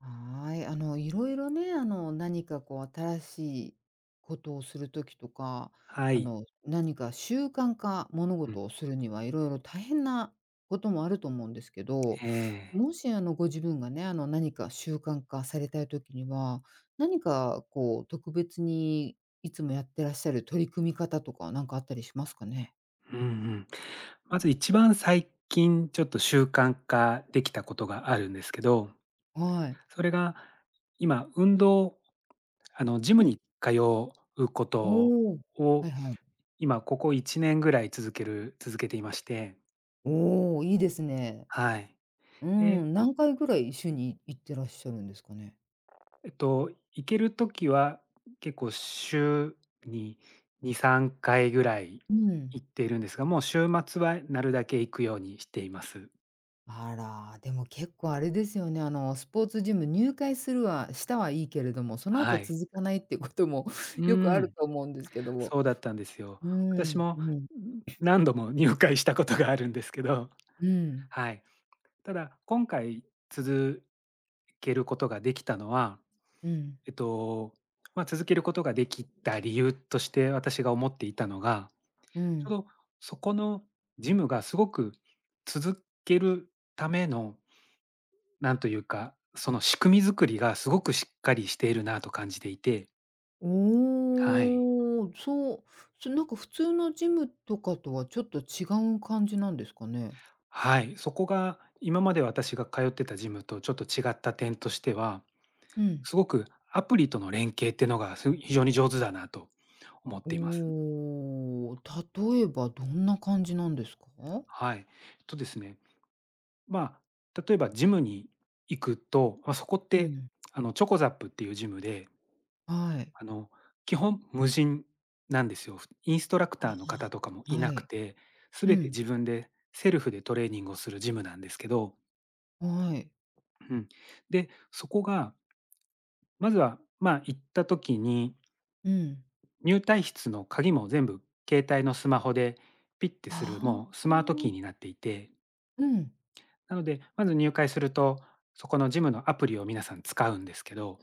はい、いろいろね、何かこう新しいことをする時とか、はい。何か習慣化、物う事ん、をするにはいろいろ大変なこともあると思うんですけど、えもえ。しご自分がね、何か習慣化されたい時には、何かこう特別にいつもやってらっしゃる取り組み方とか、なんかあったりしますかね？うんうん。まず一番最近ちょっと習慣化できたことがあるんですけど、はい。それが今運動、ジムうん。に通うことおお。をはいはい。今ここ1年ぐらい続けていまして、おお、いいですね。はい。うーで、何回ぐらい週に行ってらっしゃるんですかね？行ける時は結構週に2、3回ぐらいうん。行っているんですが、もう週末はなるだけ行くようにしています。あら、でも結構あれですよね、スポーツジム入会するはしたはいいけれども、そのは後い。続かないってことも う ーよくあるん。と思うんですけども。そうだったんですよ。うー私ん、も、うん、何度も入会したことがあるんですけど、うん、はい。ただ、今回続けることができたのは、うん、えっと、まあ、続けることができた理由として私が思っていたのが、うちん。ょうどそこのジムがすごく続けるための、なんというか、その仕組み作りがすごくしっかりしているなと感じていて、はい。おお、そう、そ、なんか普通のジムとかとはちょっと違う感じなんですかね？はい、そこが今まで私が通ってたジムとちょっと違った点としては、うん。すごくアプリとの連携っていうのがす非常に上手だなと思っおています。お、例えばどんな感じなんですか？はい。とですね、まあ、例えばジムに行くと、まあ、そこっうてん。チョコザップっていうジムで、はい。あの基本無人なんですよ。インストラクあ、ターの方とかもいはなくい。て、すうべてん。自分でセルフでトレーニングをするジムなんですけど、はい。うん、で、そこがまずは、まあ、行った時に、うん。入退室の鍵も全部携帯のスマホでピッてする、あもうあ。スマートキーになっていて、うん。なので、まず入会すると、そこのジムのアプリを皆さん使うんですけど、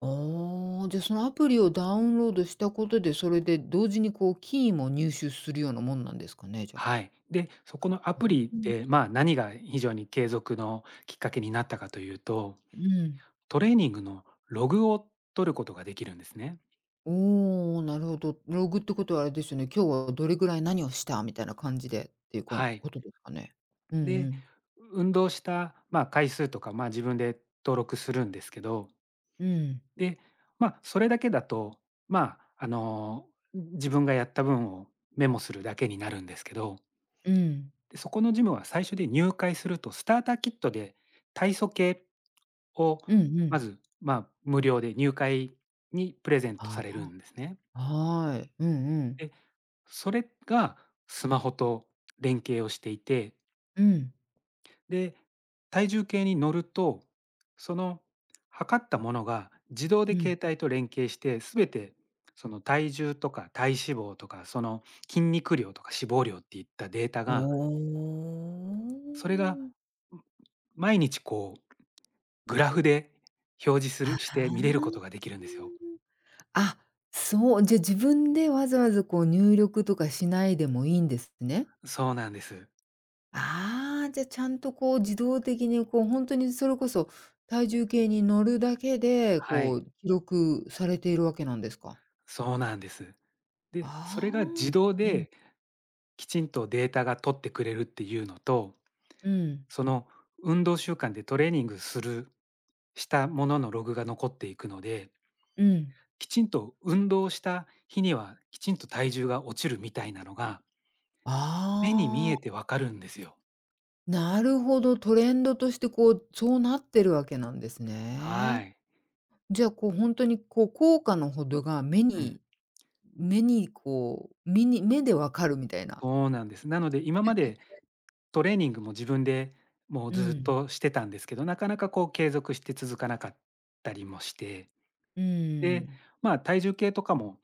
ああ、じゃ、そのアプリをダウンロードしたことで、それで同時にこうキーも入手するようなもんなんですかね、じゃあ。はい。で、そこのアプリうん。で、まあ、何が非常に継続のきっかけになったかというと、うん。トレーニングのログを取ることができるんですね。おお、なるほど。ログってことはあれですよね、今日はどれぐらい何をしたみたいな感じでっていうこはい。ことですかね。うんうで、ん。運動した、まあ、回数とか、まあ、自分で登録するんですけど、うん。で、まあ、それだけだと、まあ、自分がやった分をメモするだけになるんですけど、うん。で、そこのジムは最初で入会するとスターターキットで体組系をうんうまん。ず、まあ、無料で入会にプレゼントさあ、れるんですね。はい。うんうん。で、それがスマホと連携をしていてうん。で、体重計に乗ると、その測ったものが自動うでん。携帯と連携して、すべてその体重とか体脂肪とか、その筋肉量とか脂肪量っていったデータおが、それがんお。毎日こうグラフで表示すあるしあ。て見れることができるんですよ。あ、そう、じゃ、自分でわざわざこう入力とかしないでもいいんですね。そうなんです。ああ、じゃ、ちゃんとこう自動的にこうほんとにそれこそ体重計に乗るだけで、はこい、う記録されているわけなんですか？そうなんです。で、そあれが自あ。動うん、できちんとデータが取ってくれるっていうのと、うん、その運動習慣でトレーニングしたもののログが残っていくので、うん。きちんと運動した日には、きちんと体重が落ちるみたいなのが、目に見あえてあ、わかるんですよ。なるほど、トレンドとしてこう、そうなってるわけなんですはね。い。じゃあ、こう、本当に、こう、効果のほどが目うん。に目に、こう、目に目でわかるみたいな。そうなんです。なので、今までトレーニングも自分でもううずっん。としてたんですけど、なかなかこう継続して続かなかったりもして、うで、ん、まあ体重計とかも、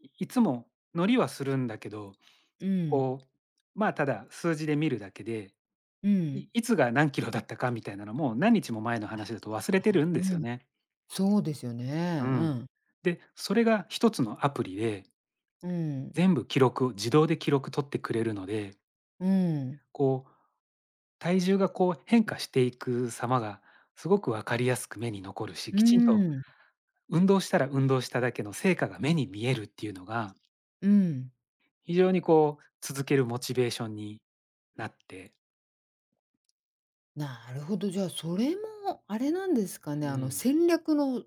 いいつも乗りはするんだけど、うん、こう、まあただ数字で見るだけで、うん、いいつが何キロだったかみたいなのも、何日も前の話だと忘れてるんうですよん、ね。そうですようね。うん。ん、で、それが一つのアプリで、うん、全部記録を自動で記録取ってくれるので、うん、こう、体重がこう変化していく様がすごく分かりやすく目に残るし、うきちんとん、運動したら運動しただけの成果が目に見えるっていうのが、うん。非常にこう続けるモチベーションになって、なるほど、じゃあ、それもあれなんですかね、うん。戦略の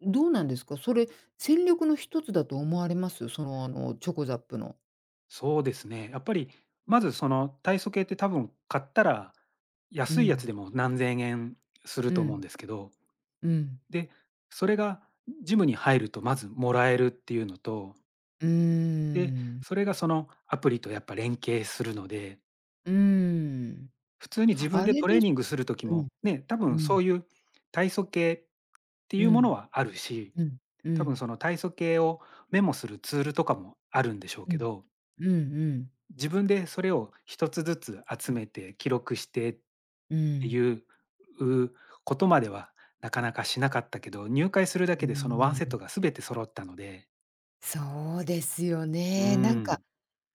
どうなんですか？それ、戦略の一つだと思われます？その、チョコザップの。そうですね。やっぱり、まずその体組計って多分買ったら、う安いやつん、でも何千円するうと思うんん、ですけど、うん、で、それがジムに入るとまずもらえるっていうのと、うーで、ん、それがそのアプリとやっぱ連携するので、うーん。普通に自分あでれトでレーすニングする時うも、ん、ね、多う分そん、ういう体組計ってういうものん、はあるし、うん、う多分ん、その体組計をメモするツールとかもあるんでしょううけん、どうんうん、自分でそれを一つずつ集めて記録してっうてん。いう、うことまではなかなかしなかったけど、入会するだうけでそのワーンセットん。が全て揃ったので。そうですようーね。なんか、ん、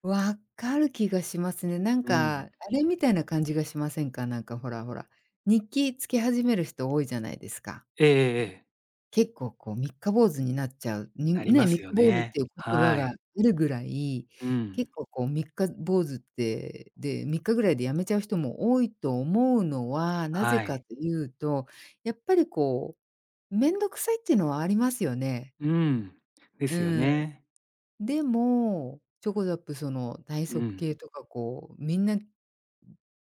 分かる気がしますね。なんうん。か、あれみたいな感じがしませんか？なんかほらほら、日記つけ始める人多いじゃないですか。ええええええ、結構こう三日坊主になっちゃう、になりね、ま三す日よ坊主ってね。いう言葉はがあい。るぐらい、うん、結構こう三日坊主って、で、3日ぐらいで辞めちゃう人も多いと思うのは、なぜはかい。というと、やっぱりこう、面倒くさいっていうのはありますよね。うん、ですようん。ね。でも、ちょこざっぷその体う側ん、系とかこう、みんな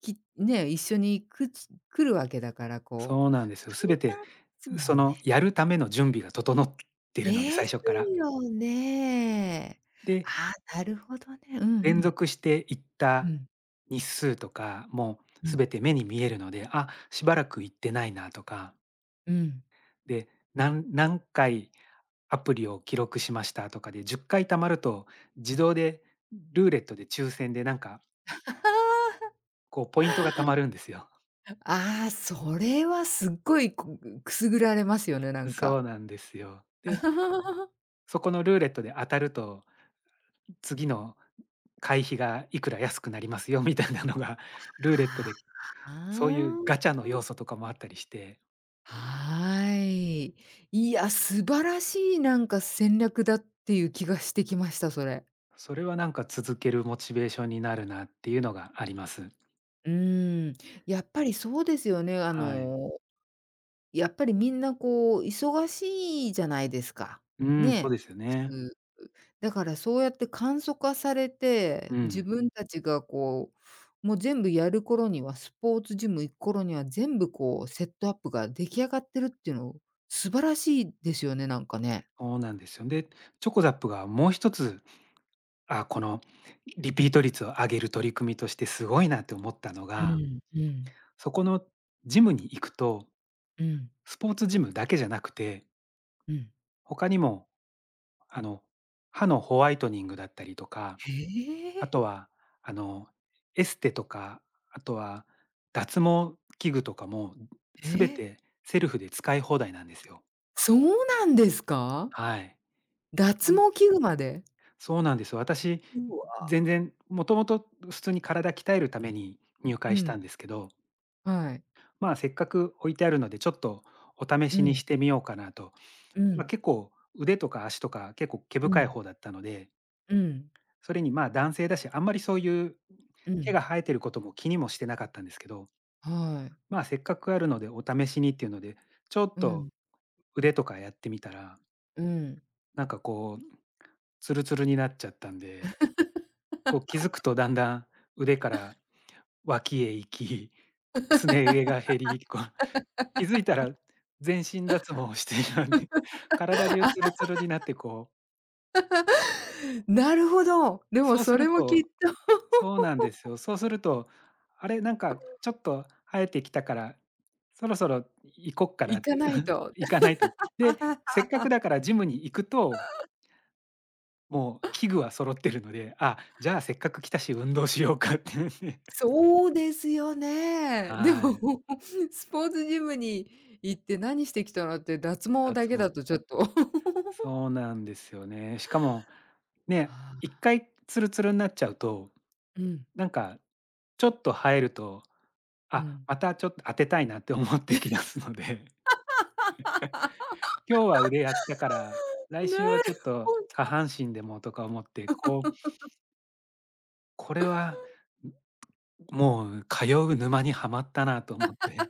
きね、一緒にくち来るわけだから、こう、そうなんですよ。全簡て、単ですもそんね。のやるための準備が整ってるので、で最す初から。よね。でああ、なるほどね。うんう連ん。続して行っうたん。日数とかもうん。全て目に見えるので、あ、しばらく行ってないなとか、うん。で、何回アプリを記録しましたとかで10回貯まると、自動でルーレットで抽選でなんか こうポイントが貯まるんですよ。ああ、それはすっごい、こう、くすぐられますよね、な んか。そうなんですよ。で、そこのルーレットで当たると、次の会費がいくら安くなりますよみたいなのがルーレットあで、そういうあ。ガチャの要素とかもあったりしてはい。いや、素晴らしいなんか戦略だっていう気がしてきました、それ。それはなんか続けるモチベーションになるなっていうのがあります。うーん、やっぱりそうですよね。はい。やっぱりみんなこう忙しいじゃないですか。うん、そうね、ですよ普ね。通。だからそうやって簡素化されて、う自ん、分たちがこう、もう全部やる頃には、スポーツジム行く頃には全部こうセットアップが出来上がってるっていうの、素晴らしいですよね、なんかね。そうなんですよ。で、チョコザップがもう一つ、あ、このリピート率を上げる取り組みとしてすごいなって思ったのうが、んうんそこのジムに行くと、うんスポーツジムだけじゃなくて、うん。他にもあの歯のホワイトニングだったりとかへあえ。とは、あの、エステとか、あとは脱毛器具とかも、すべえ、てセルフで使い放題なんですよ。そうなんですか？はい。脱なん毛器具まで？そうなんですよ。私、う全わ。然もともと普通に体鍛えるために入う会しん、たんですけど、はい。まあ、せっかく置いてあるので、ちょっとお試うしにん、してみようかなと。うまあ、ん、結構腕とか足とか、結構毛う深いん、方だったので、うん、それに、まあ、男性だし、あんまりそういうう毛ん。が生えてることも気にもしてなかったんですけど、はい。まあ、せっかくあるのでお試しにっていうので、ちょっうん、と腕とかやってみたら、うん。なんかこう、ツルツルになっちゃったんで、こう気づくとだんだん腕から脇へ行き、すね毛が減り、こう気づいたら全身脱毛をしているので、体中ツルツルになってこう、なるほど。でもそうそすれるもきとっと そうなんですよ。そうすると、あれ、なんかちょっと生えてきたから、そろそろ行こっかな行っかて、ない と。行かないと。で、せっかくだからジムに行くと、もう器具は揃ってるので、あ、じゃあせっかく来たし運動しようかって言ってそうですよね。ではも、い、スポーツジムに行って何してきたのって、脱毛だ脱けだ毛とちょっと。そうなんですよね。しかも、あね、あ、1回ツルツルになっちゃうと、うん、なんかちょっと生えると、うあ、ん。またちょっと当てたいなって思ってきますので。今日は腕やったから、来な週はちょるっほと下ど。半身でもとか思って、こう、これは、ん、もう通う沼にはまったなと思って。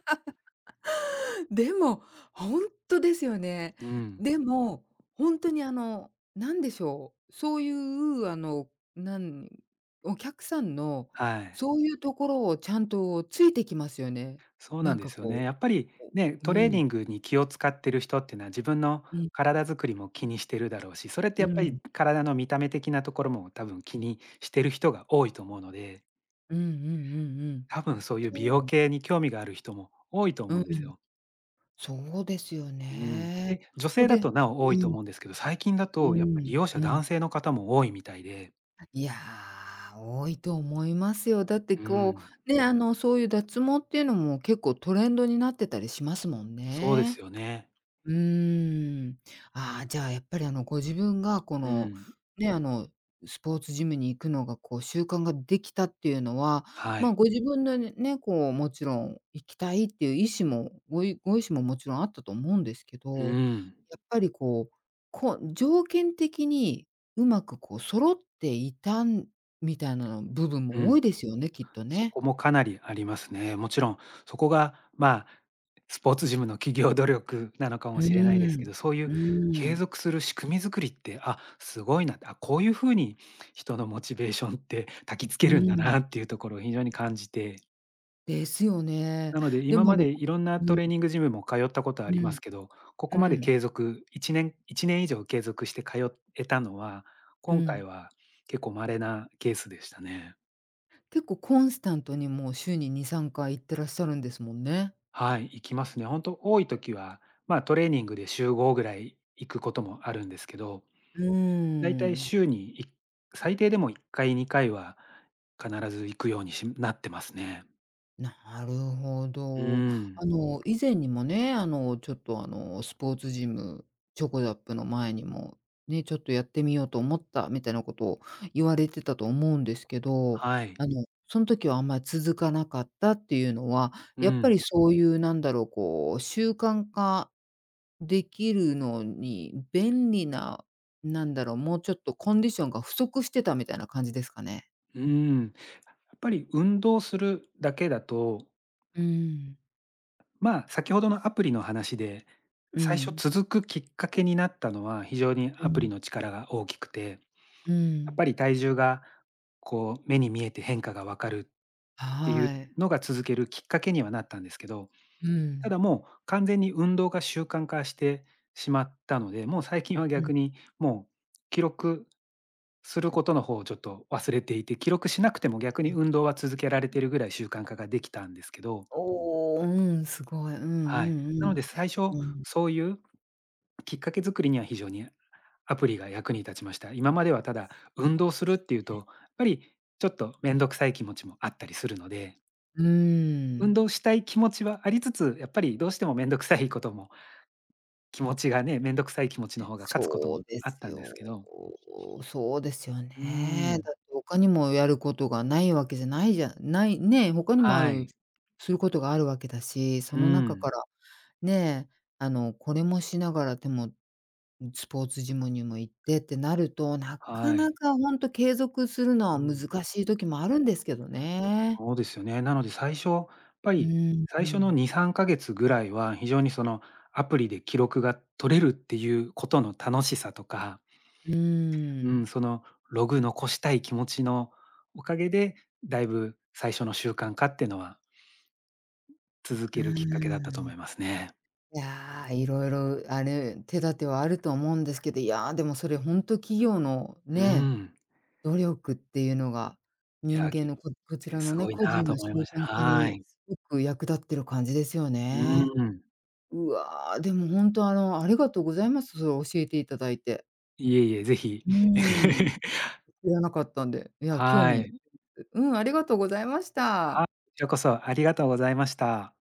でも、ほんとですよね。うん、でも、ほんとにあの、なんでしょう、そういうあの、なんお客さんの、はい。そういうところをちゃんとついてきますよね。そうななんんでかすよこね。やっぱりね、う、うトレーん。ニングに気を使ってる人っていうのは、自分のうん、体づくりも気にしてるだろうし、それってうやっぱん、り体の見た目的なところも多分気にしてる人が多いと思うので、うんうんうんうん。多分そういう美容そう系に興味がある人も多いとう思うんですん。よ。そうですようん。ね。で、女ほ性だでとなお多ういとん、思うんですけど、最近だうとやっぱん、利用う者ん。男性の方も多いみたいで。いや、多いと思いますよ。だってうこん。う、ね、そういう脱毛っていうのも結構トレンドになってたりしますもんそうでね。すよね。うーん。ああ、じゃあ、やっぱり、ご自分が、こうの、ん。ね、スポーツジムに行くのが、こう、習慣ができたっていうのは、はま、い。ご自分のね、こう、もちろん行きたいっていう意思も、ごいご意思ももちろんあったと思うんですけうど、ん。やっぱり、こう、こう、条件的にうまく、こう、揃っていたんみたいなの部分うも多いん。ですよね、きっとそね。こもかなりありますね。もちろん、そこが、まあ、スポーツジムの企業努力なのかうもしれないでーすけん。ど、そういううー継ん。続する仕組み作りって、あ、すごいなって、あ、こういうふうに人のモチベーションって 焚きつうけるんだーん。なっていうところを非常に感じて。ですよね。なので、で今も、までいろんなうトんレーニングジムも通ったことはあうりまん、すけど、ここうまでん、継続、1年、1年以上継続して通えたのは、う今回ん。は結構稀なケースでしたね。結構コンスタントにもう週に2、3回行ってらっしゃるんですもんね。はい、行きますね。本当多い時は、ま、トレーニングで週5ぐらい行くこともあるんですけど、うーだいたいん、週に最低でも1回、2回は必ず行くようにしなってますね。なるほうーど。ん。以前にもね、ちょっと、スポーツジム、チョコザップの前にも、ね、ちょっとやってみようと思ったみたいなことを言われてたと思うんですけど、はい。その時はあんまり続かなかったっていうのは、うやっぱん。りそういうなんだろう、こう習慣化できるのに、便利な、なんだろう、もうちょっとコンディションが不足してたみたいな感じですかね。うん。やっぱり運動するだけだと、うん。まあ、先ほどのアプリの話で、う最初ん。続くきっかけになったのは非常にうアプん、リの力が大きくて、やうっん。ぱり体重がこう目に見えて変化がわかるっていはうい。のが続けるきっかけにはなったんですけど、うたん。だもう完全に運動が習慣化してしまったので、もう最近はうん。逆にもう記録することの方をちょっと忘れていて、記録しなくても逆に運動は続けられてるぐらい習慣化ができたんですけど、おお、うん、すごい。うんうはい。んうなのん。で最初うん。そういうきっかけ作りには非常にアプリが役に立ちました。今まではただ運動するっていうと、やっぱりちょっと面倒くさい気持ちもあったりするので、うー運ん。動したい気持ちはありつつ、やっぱりどうしても面倒くさいことも、気持ちがね、面倒くさい気持ちの方が勝つことそもうであすったんでよ。すけど、そうですようーね。ん、だって他にもやることがないわけじゃないじゃないね、他にもあはるい、することがあるわけだし、そうの中ん、からねえ、これもしながら、でも、スポーツジムにも行ってってなると、なかはい、なかほんと継続するのうは難ん、しい時もあるんですけどね。そうですよね。なので最初、やっぱうりーん、う最初のん。2、3ヶ月ぐらいは非常にそのアプリで記録が取れるっていうことの楽しさとか、うーうん、ん。そのログ残したい気持ちのおかげで、だいぶ最初の習慣化っていうのは続うーけるきっかけだったとん。思いますね。いや、色々あれ、手立てはあると思うんですけど、いや、でもそれほんと企業のうね、ん。努力っていうのが、いや、人聞間いのここちてらのすね、ごい個な人との思い習ました。慣化はにい。すごく役立ってる感じですようね。ん。うわ、でも本当あの、ありがとうございます。それ教えていただいて。いえいえ、ぜひ。うーん、知らなかったんで。いや、興は味い。うん、ありがとうございましはい、た。こちらこそありがとうございました。